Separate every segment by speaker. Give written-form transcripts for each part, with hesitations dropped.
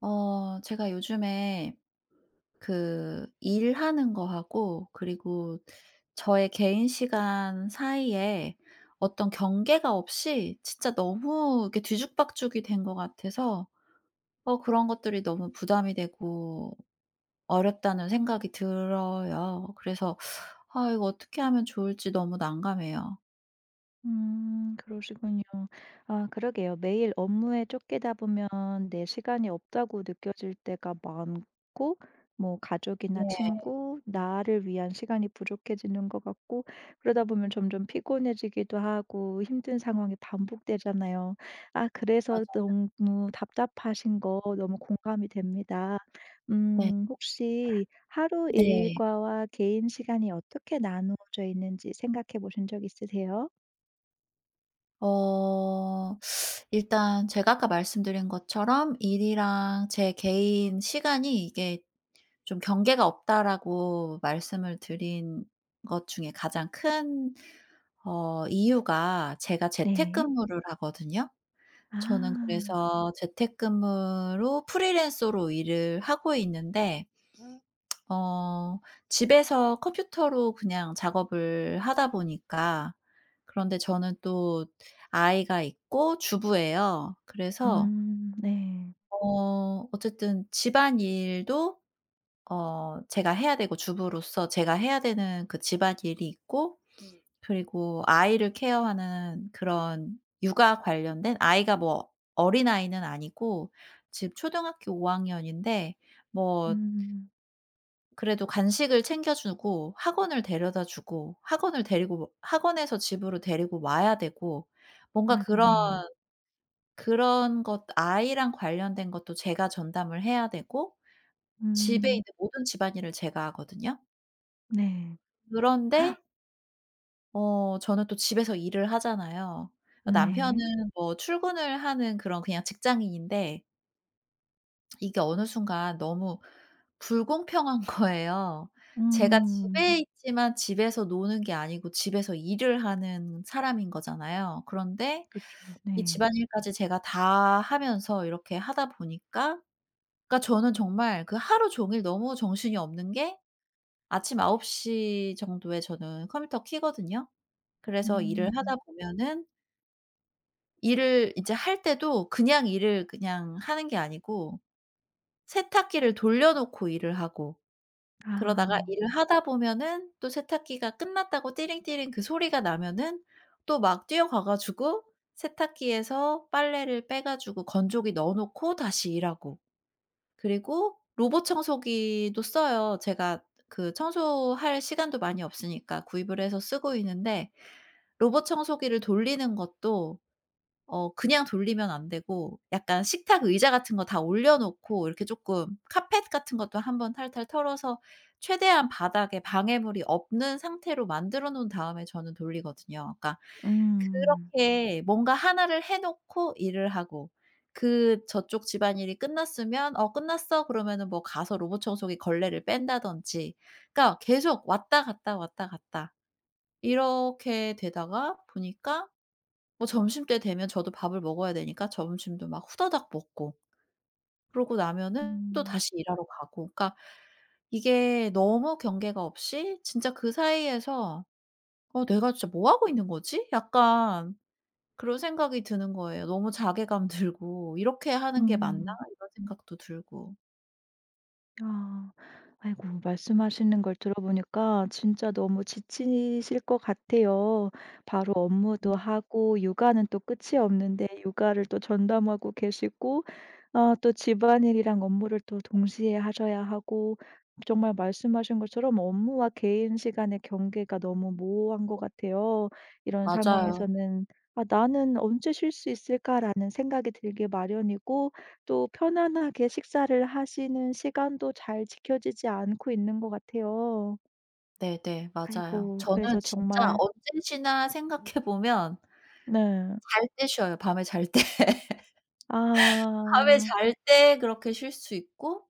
Speaker 1: 제가 요즘에 그 일하는 거하고 그리고 저의 개인 시간 사이에 어떤 경계가 없이 진짜 너무 이렇게 뒤죽박죽이 된 것 같아서 그런 것들이 너무 부담이 되고 어렵다는 생각이 들어요. 그래서 이거 어떻게 하면 좋을지 너무 난감해요.
Speaker 2: 그러시군요. 아 그러게요. 매일 업무에 쫓기다 보면 내 시간이 없다고 느껴질 때가 많고 뭐 가족이나
Speaker 1: 네.
Speaker 2: 친구, 나를 위한 시간이 부족해지는 것 같고 그러다 보면 점점 피곤해지기도 하고 힘든 상황이 반복되잖아요. 아 그래서
Speaker 1: 맞아.
Speaker 2: 너무 답답하신 거 너무 공감이 됩니다.
Speaker 1: 네.
Speaker 2: 혹시 하루
Speaker 1: 네.
Speaker 2: 일과와 개인 시간이 어떻게 나누어져 있는지 생각해 보신 적 있으세요?
Speaker 1: 어 일단 제가 아까 말씀드린 것처럼 일이랑 제 개인 시간이 이게 좀 경계가 없다라고 말씀을 드린 것 중에 가장 큰 이유가 제가
Speaker 2: 네.
Speaker 1: 재택근무를 하거든요. 저는
Speaker 2: 아.
Speaker 1: 그래서 재택근무로 프리랜서로 일을 하고 있는데 음. 어 집에서 컴퓨터로 그냥 작업을 하다 보니까, 그런데 저는 또 아이가 있고 주부예요. 그래서
Speaker 2: 네.
Speaker 1: 어쨌든 집안일도 제가 해야 되고, 주부로서 제가 해야 되는 그 집안일이 있고 그리고 아이를 케어하는 그런 육아 관련된, 아이가 뭐 어린아이는 아니고 지금 초등학교 5 학년인데, 뭐
Speaker 2: 음.
Speaker 1: 그래도 간식을 챙겨 주고 학원을 데려다 주고 학원을 데리고 학원에서 집으로 데리고 와야 되고 뭔가
Speaker 2: 아이고
Speaker 1: 그런
Speaker 2: 네.
Speaker 1: 그런 것, 아이랑 관련된 것도 제가 전담을 해야 되고 집에
Speaker 2: 음
Speaker 1: 있는 모든 집안일을 제가 하거든요.
Speaker 2: 네.
Speaker 1: 그런데
Speaker 2: 헉,
Speaker 1: 저는 또 집에서 일을 하잖아요. 그러니까 남편은
Speaker 2: 네.
Speaker 1: 뭐 출근을 하는 그런 그냥 직장인인데 이게 어느 순간 너무 불공평한 거예요. 제가
Speaker 2: 음.
Speaker 1: 집에 있지만 집에서 노는 게 아니고 집에서 일을 하는 사람인 거잖아요. 그런데
Speaker 2: 그쵸.
Speaker 1: 이
Speaker 2: 네.
Speaker 1: 집안일까지 제가 다 하면서 이렇게 하다 보니까, 그러니까 저는 정말 그 하루 종일 너무 정신이 없는 게, 아침 9시 정도에 저는 컴퓨터 켜거든요. 그래서 일을
Speaker 2: 음.
Speaker 1: 하다 보면은 일을 이제 할 때도 그냥 일을 그냥 하는 게 아니고 세탁기를 돌려 놓고 일을 하고, 그러다가
Speaker 2: 아.
Speaker 1: 일을 하다 보면은 또 세탁기가 끝났다고 띠링띠링 그 소리가 나면은 또 막 뛰어가 가지고 세탁기에서 빨래를 빼 가지고 건조기 넣어 놓고 다시 일하고, 그리고 로봇 청소기도 써요, 제가. 그 청소할 시간도 많이 없으니까 구입을 해서 쓰고 있는데, 로봇 청소기를 돌리는 것도 그냥 돌리면 안 되고, 약간 식탁 의자 같은 거 다 올려 놓고 이렇게 쪼끔 카펫 같은 것도 한번 탈탈 털어서 최대한 바닥에 방해물이 없는 상태로 만들어 놓은 다음에 저는 돌리거든요. 그러니까
Speaker 2: 음.
Speaker 1: 그렇게 뭔가 하나를 해 놓고 일을 하고, 그 저쪽 집안일이 끝났으면 "어 끝났어." 그러면은 뭐 가서 로봇 청소기 걸레를 뺀다든지, 그러니까 계속 왔다 갔다 왔다 갔다 이렇게 되다가 보니까, 뭐 점심때 되면 저도 밥을 먹어야 되니까 점심도 막 후다닥 먹고, 그러고 나면은 또
Speaker 2: 음.
Speaker 1: 다시 일하러 가고. 그러니까 이게 너무 경계가 없이 진짜 그 사이에서 '어 내가 진짜 뭐 하고 있는 거지?' 약간 그런 생각이 드는 거예요. 너무 자괴감 들고 '이렇게 하는 게 맞나?'
Speaker 2: 음.
Speaker 1: 이런 생각도 들고.
Speaker 2: 아. 아이고 말씀하시는 걸 들어보니까 진짜 너무 지치실 것 같아요. 바로 업무도 하고 육아는 또 끝이 없는데 육아를 또 전담하고 계시고 아 또 집안일이랑 업무를 또 동시에 하셔야 하고 정말 말씀하신 것처럼 업무와 개인 시간의 경계가 너무 모호한 것 같아요. 이런
Speaker 1: 맞아요.
Speaker 2: 상황에서는 '아 나는 언제 쉴 수 있을까?'라는 생각이 들게 마련이고 또 편안하게 식사를 하시는 시간도 잘 지켜지지 않고 있는 것 같아요.
Speaker 1: 네네, 맞아요.
Speaker 2: 아이고
Speaker 1: 저는
Speaker 2: 그래서
Speaker 1: 진짜
Speaker 2: 정말
Speaker 1: 언제시나 생각해 보면
Speaker 2: 네.
Speaker 1: 잘 때 쉬어요, 밤에 잘 때. 밤에
Speaker 2: 아.
Speaker 1: 잘 때 그렇게 쉴 수 있고,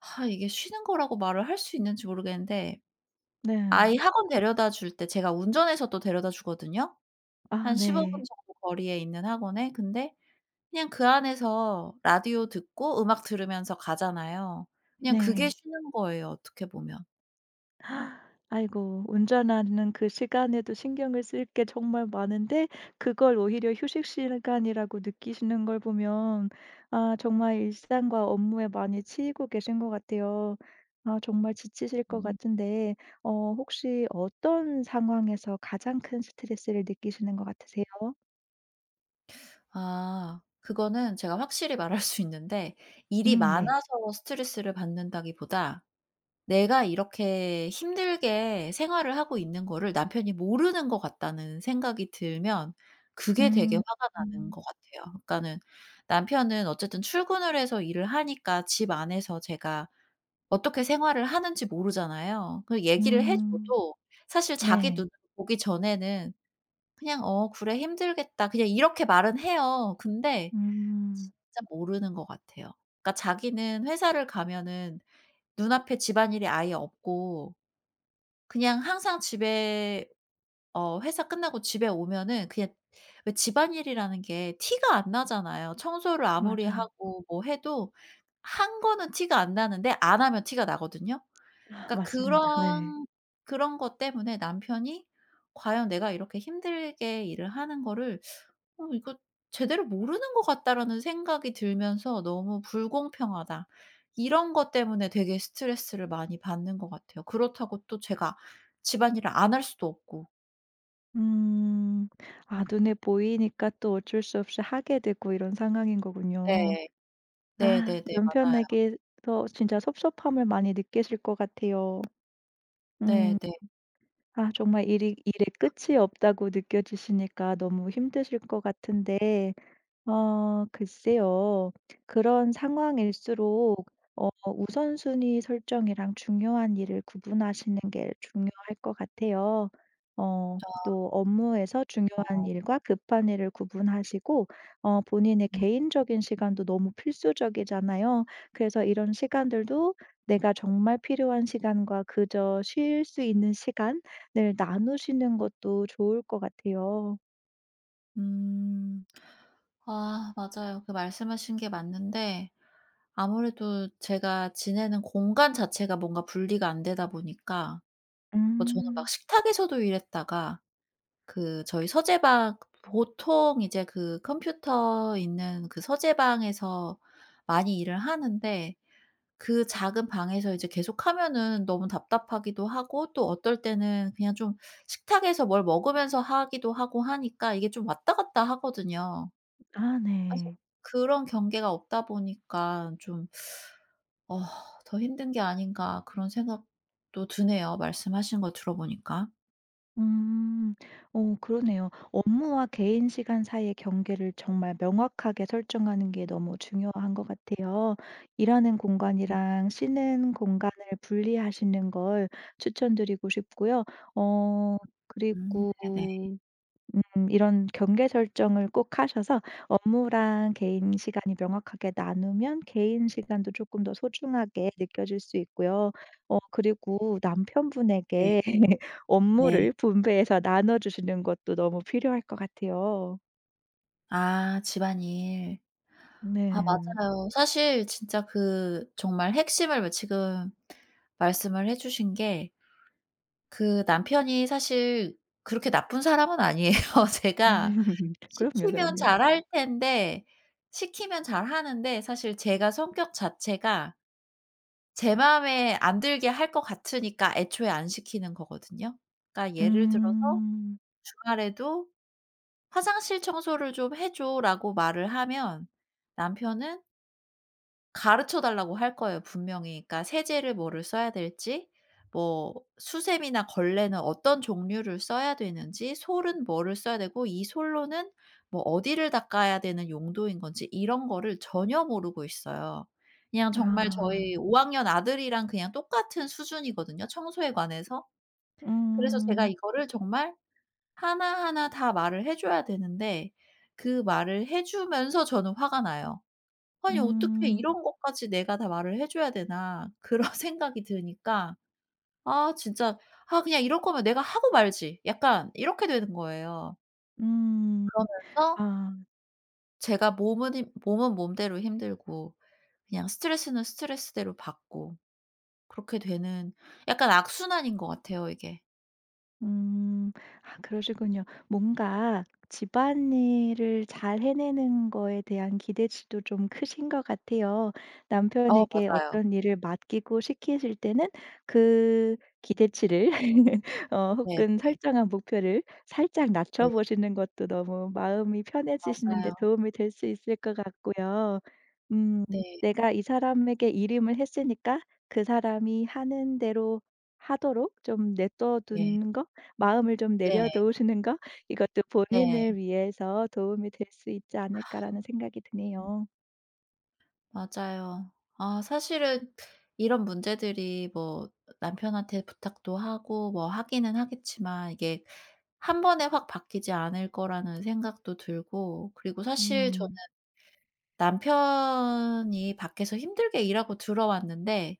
Speaker 1: 아 이게 쉬는 거라고 말을 할 수 있는지 모르겠는데,
Speaker 2: 네.
Speaker 1: 아이 학원 데려다 줄 때 제가 운전해서 또 데려다 주거든요.
Speaker 2: 아
Speaker 1: 한 15분
Speaker 2: 네.
Speaker 1: 정도 거리에 있는 학원에. 근데 그냥 그 안에서 라디오 듣고 음악 들으면서 가잖아요. 그냥 그게
Speaker 2: 네.
Speaker 1: 쉬는 거예요, 어떻게 보면.
Speaker 2: 아이고 운전하는 그 시간에도 신경을 쓸 게 정말 많은데 그걸 오히려 휴식 시간이라고 느끼시는 걸 보면 아 정말 일상과 업무에 많이 치이고 계신 것 같아요. 아 정말 지치실 것
Speaker 1: 음.
Speaker 2: 같은데 혹시 어떤 상황에서 가장 큰 스트레스를 느끼시는 것 같으세요?
Speaker 1: 아 그거는 제가 확실히 말할 수 있는데, 일이
Speaker 2: 네.
Speaker 1: 많아서 스트레스를 받는다기보다 내가 이렇게 힘들게 생활을 하고 있는 거를 남편이 모르는 것 같다는 생각이 들면 그게 되게
Speaker 2: 음.
Speaker 1: 화가 나는
Speaker 2: 음.
Speaker 1: 것 같아요. 그러니까는 남편은 어쨌든 출근을 해서 일을 하니까, 집 안에서 제가 어떻게 생활을 하는지 모르잖아요. 그 얘기를 해
Speaker 2: 음.
Speaker 1: 줘도 사실 자기
Speaker 2: 네.
Speaker 1: 눈으로 보기 전에는 그냥 "어 그래, 힘들겠다." 그냥 이렇게 말은 해요. 근데
Speaker 2: 음.
Speaker 1: 진짜 모르는 것 같아요. 그러니까 자기는 회사를 가면은 눈앞에 집안일이 아예 없고, 그냥 항상 집에 회사 끝나고 집에 오면은 그냥, 왜 집안일이라는 게 티가 안 나잖아요. 청소를 아무리
Speaker 2: 맞아요.
Speaker 1: 하고 뭐 해도 한 거는 티가 안 나는데 안 하면 티가 나거든요. 그러니까
Speaker 2: 맞습니다. 네.
Speaker 1: 그런 것 때문에 남편이 '과연 내가 이렇게 힘들게 일을 하는 거를 '이거 제대로 모르는 것 같다.'라는 생각이 들면서 '너무 불공평하다.' 이런 것 때문에 되게 스트레스를 많이 받는 것 같아요. 그렇다고 또 제가 집안일을 안 할 수도 없고.
Speaker 2: 음. 아 눈에 보이니까 또 어쩔 수 없이 하게 되고 이런 상황인 거군요.
Speaker 1: 네.
Speaker 2: 아
Speaker 1: 네네네, 맞아요.
Speaker 2: 남편에게 더 진짜 섭섭함을 많이 느끼실 것 같아요. 음.
Speaker 1: 네네.
Speaker 2: 아 정말 일이 일에 끝이 없다고 느껴지시니까 너무 힘드실 것 같은데 글쎄요. 그런 상황일수록 우선순위 설정이랑 중요한 일을 구분하시는 게 중요할 것 같아요. 어 또 업무에서 중요한
Speaker 1: 어.
Speaker 2: 일과 급한 일을 구분하시고 본인의
Speaker 1: 음.
Speaker 2: 개인적인 시간도 너무 필수적이잖아요. 그래서 이런 시간들도 내가 정말 필요한 시간과 그저 쉴 수 있는 시간을 나누시는 것도 좋을 것 같아요.
Speaker 1: 음. 아 맞아요, 그 말씀하신 게 맞는데, 아무래도 제가 지내는 공간 자체가 뭔가 분리가 안 되다 보니까, 뭐 저는
Speaker 2: 음.
Speaker 1: 막 식탁에서도 일했다가 그 저희 서재방, 보통 이제 그 컴퓨터 있는 그 서재방에서 많이 일을 하는데, 그 작은 방에서 이제 계속하면은 너무 답답하기도 하고, 또 어떨 때는 그냥 좀 식탁에서 뭘 먹으면서 하기도 하고 하니까 이게 좀 왔다 갔다 하거든요.
Speaker 2: 아
Speaker 1: 그래서
Speaker 2: 네.
Speaker 1: 그런 경계가 없다 보니까 좀 어 '더 힘든 게 아닌가.' 그런 생각도 드네요, 말씀하신 거 들어보니까.
Speaker 2: 음. 그러네요. 업무와 개인 시간 사이의 경계를 정말 명확하게 설정하는 게 너무 중요한 것 같아요. 일하는 공간이랑 쉬는 공간을 분리하시는 걸 추천드리고 싶고요. 어
Speaker 1: 음,
Speaker 2: 그리고
Speaker 1: 네네.
Speaker 2: 이런 경계 설정을 꼭 하셔서 업무랑 개인 시간이 명확하게 나누면 개인 시간도 조금 더 소중하게 느껴질 수 있고요. 그리고
Speaker 1: 네.
Speaker 2: 남편분에게
Speaker 1: 네.
Speaker 2: 업무를 분배해서 나눠 주시는 것도 너무 필요할 것 같아요.
Speaker 1: 아 집안일. 아
Speaker 2: 네.
Speaker 1: 맞아요. 사실 진짜 그 정말 핵심을 지금 말씀을 해 주신 게, 그 남편이 사실 그렇게 나쁜 사람은 아니에요. 제가
Speaker 2: 그럼요,
Speaker 1: 시키면
Speaker 2: 그럼요.
Speaker 1: 잘할 텐데, 시키면 잘하는데 사실 제가 성격 자체가 제 마음에 안 들게 할 것 같으니까 애초에 안 시키는 거거든요. 그러니까 예를 들어서
Speaker 2: 음.
Speaker 1: 주말에도 "화장실 청소를 좀 해 줘."라고 말을 하면 남편은 가르쳐 달라고 할 거예요, 분명히. 그러니까 세제를 뭐를 써야 될지, 뭐 수세미나 걸레는 어떤 종류를 써야 되는지, 솔은 뭐를 써야 되고, 이 솔로는 뭐 어디를 닦아야 되는 용도인 건지, 이런 거를 전혀 모르고 있어요. 그냥 정말
Speaker 2: 아.
Speaker 1: 저희 5 학년 아들이랑 그냥 똑같은 수준이거든요, 청소에 관해서. 그래서 제가
Speaker 2: 음.
Speaker 1: 이거를 정말 하나하나 다 말을 해 줘야 되는데, 그 말을 해 주면서 저는 화가 나요. '아니 어떻게
Speaker 2: 음.
Speaker 1: 이런 것까지 내가 다 말을 해 줘야 되나.' 그런 생각이 드니까, 아 진짜 '아 그냥 이럴 거면 내가 하고 말지.' 약간 이렇게 되는 거예요.
Speaker 2: 음.
Speaker 1: 그러면서
Speaker 2: 아.
Speaker 1: 제가 몸은 몸대로 힘들고, 그냥 스트레스는 스트레스대로 받고, 그렇게 되는 약간 악순환인 것 같아요, 이게.
Speaker 2: 음. 아 그러시군요. 뭔가 집안일을 잘 해내는 거에 대한 기대치도 좀 크신 것 같아요.
Speaker 1: 어,
Speaker 2: 남편에게
Speaker 1: 맞아요.
Speaker 2: 어떤 일을 맡기고 시키실 때는 그 기대치를
Speaker 1: 네.
Speaker 2: 혹은 설정한 목표를 살짝 낮춰
Speaker 1: 네,
Speaker 2: 보시는 것도 너무 마음이 편해지시는 데
Speaker 1: 맞아요.
Speaker 2: 도움이 될 수 있을 것 같고요. 음
Speaker 1: 네.
Speaker 2: '내가 이 사람에게 이름을 했으니까 그 사람이 하는 대로 하도록 좀 내버려
Speaker 1: 네.
Speaker 2: 두는 거 마음을 좀
Speaker 1: 네.
Speaker 2: 내려놓으시는 거 이것도
Speaker 1: 네,
Speaker 2: 본인을 위해서 도움이 될 수 있지 않을까라는 생각이 드네요.
Speaker 1: 맞아요. 아 사실은 이런 문제들이 뭐 남편한테 부탁도 하고 뭐 하기는 하겠지만 이게 한 번에 확 바뀌지 않을 거라는 생각도 들고, 그리고 사실 저는
Speaker 2: 음.
Speaker 1: 남편이 밖에서 힘들게 일하고 들어왔는데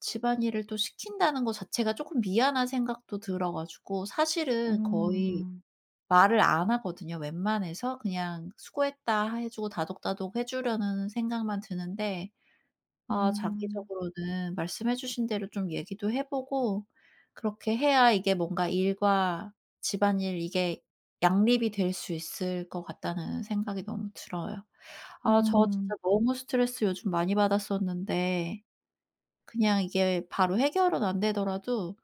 Speaker 1: 집안일을 또 시킨다는 거 자체가 조금 미안한 생각도 들어 가지고 사실은 거의
Speaker 2: 음.
Speaker 1: 말을 안 하거든요. 웬만해서 그냥 "수고했다." 해 주고 다독다독 해 주려는 생각만 드는데, 아
Speaker 2: 음.
Speaker 1: 장기적으로는 말씀해 주신 대로 좀 얘기도 해 보고 그렇게 해야 이게 뭔가 일과 집안일 이게 양립이 될 수 있을 것 같다는 생각이 너무 들어요. 아 저
Speaker 2: 음.
Speaker 1: 진짜 너무 스트레스 요즘 많이 받았었는데, 그냥 이게 바로 해결은 안 되더라도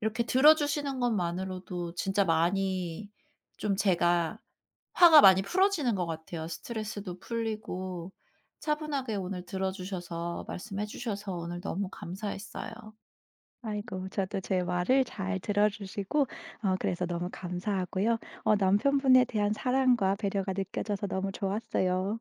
Speaker 1: 이렇게 들어주시는 것만으로도 진짜 많이 좀 제가 화가 많이 풀어지는 것 같아요. 스트레스도 풀리고. 차분하게 오늘 들어주셔서, 말씀해 주셔서, 오늘 너무 감사했어요.
Speaker 2: 아이고 저도 제 말을 잘 들어주시고 그래서 너무 감사하고요. 남편분에 대한 사랑과 배려가 느껴져서 너무 좋았어요.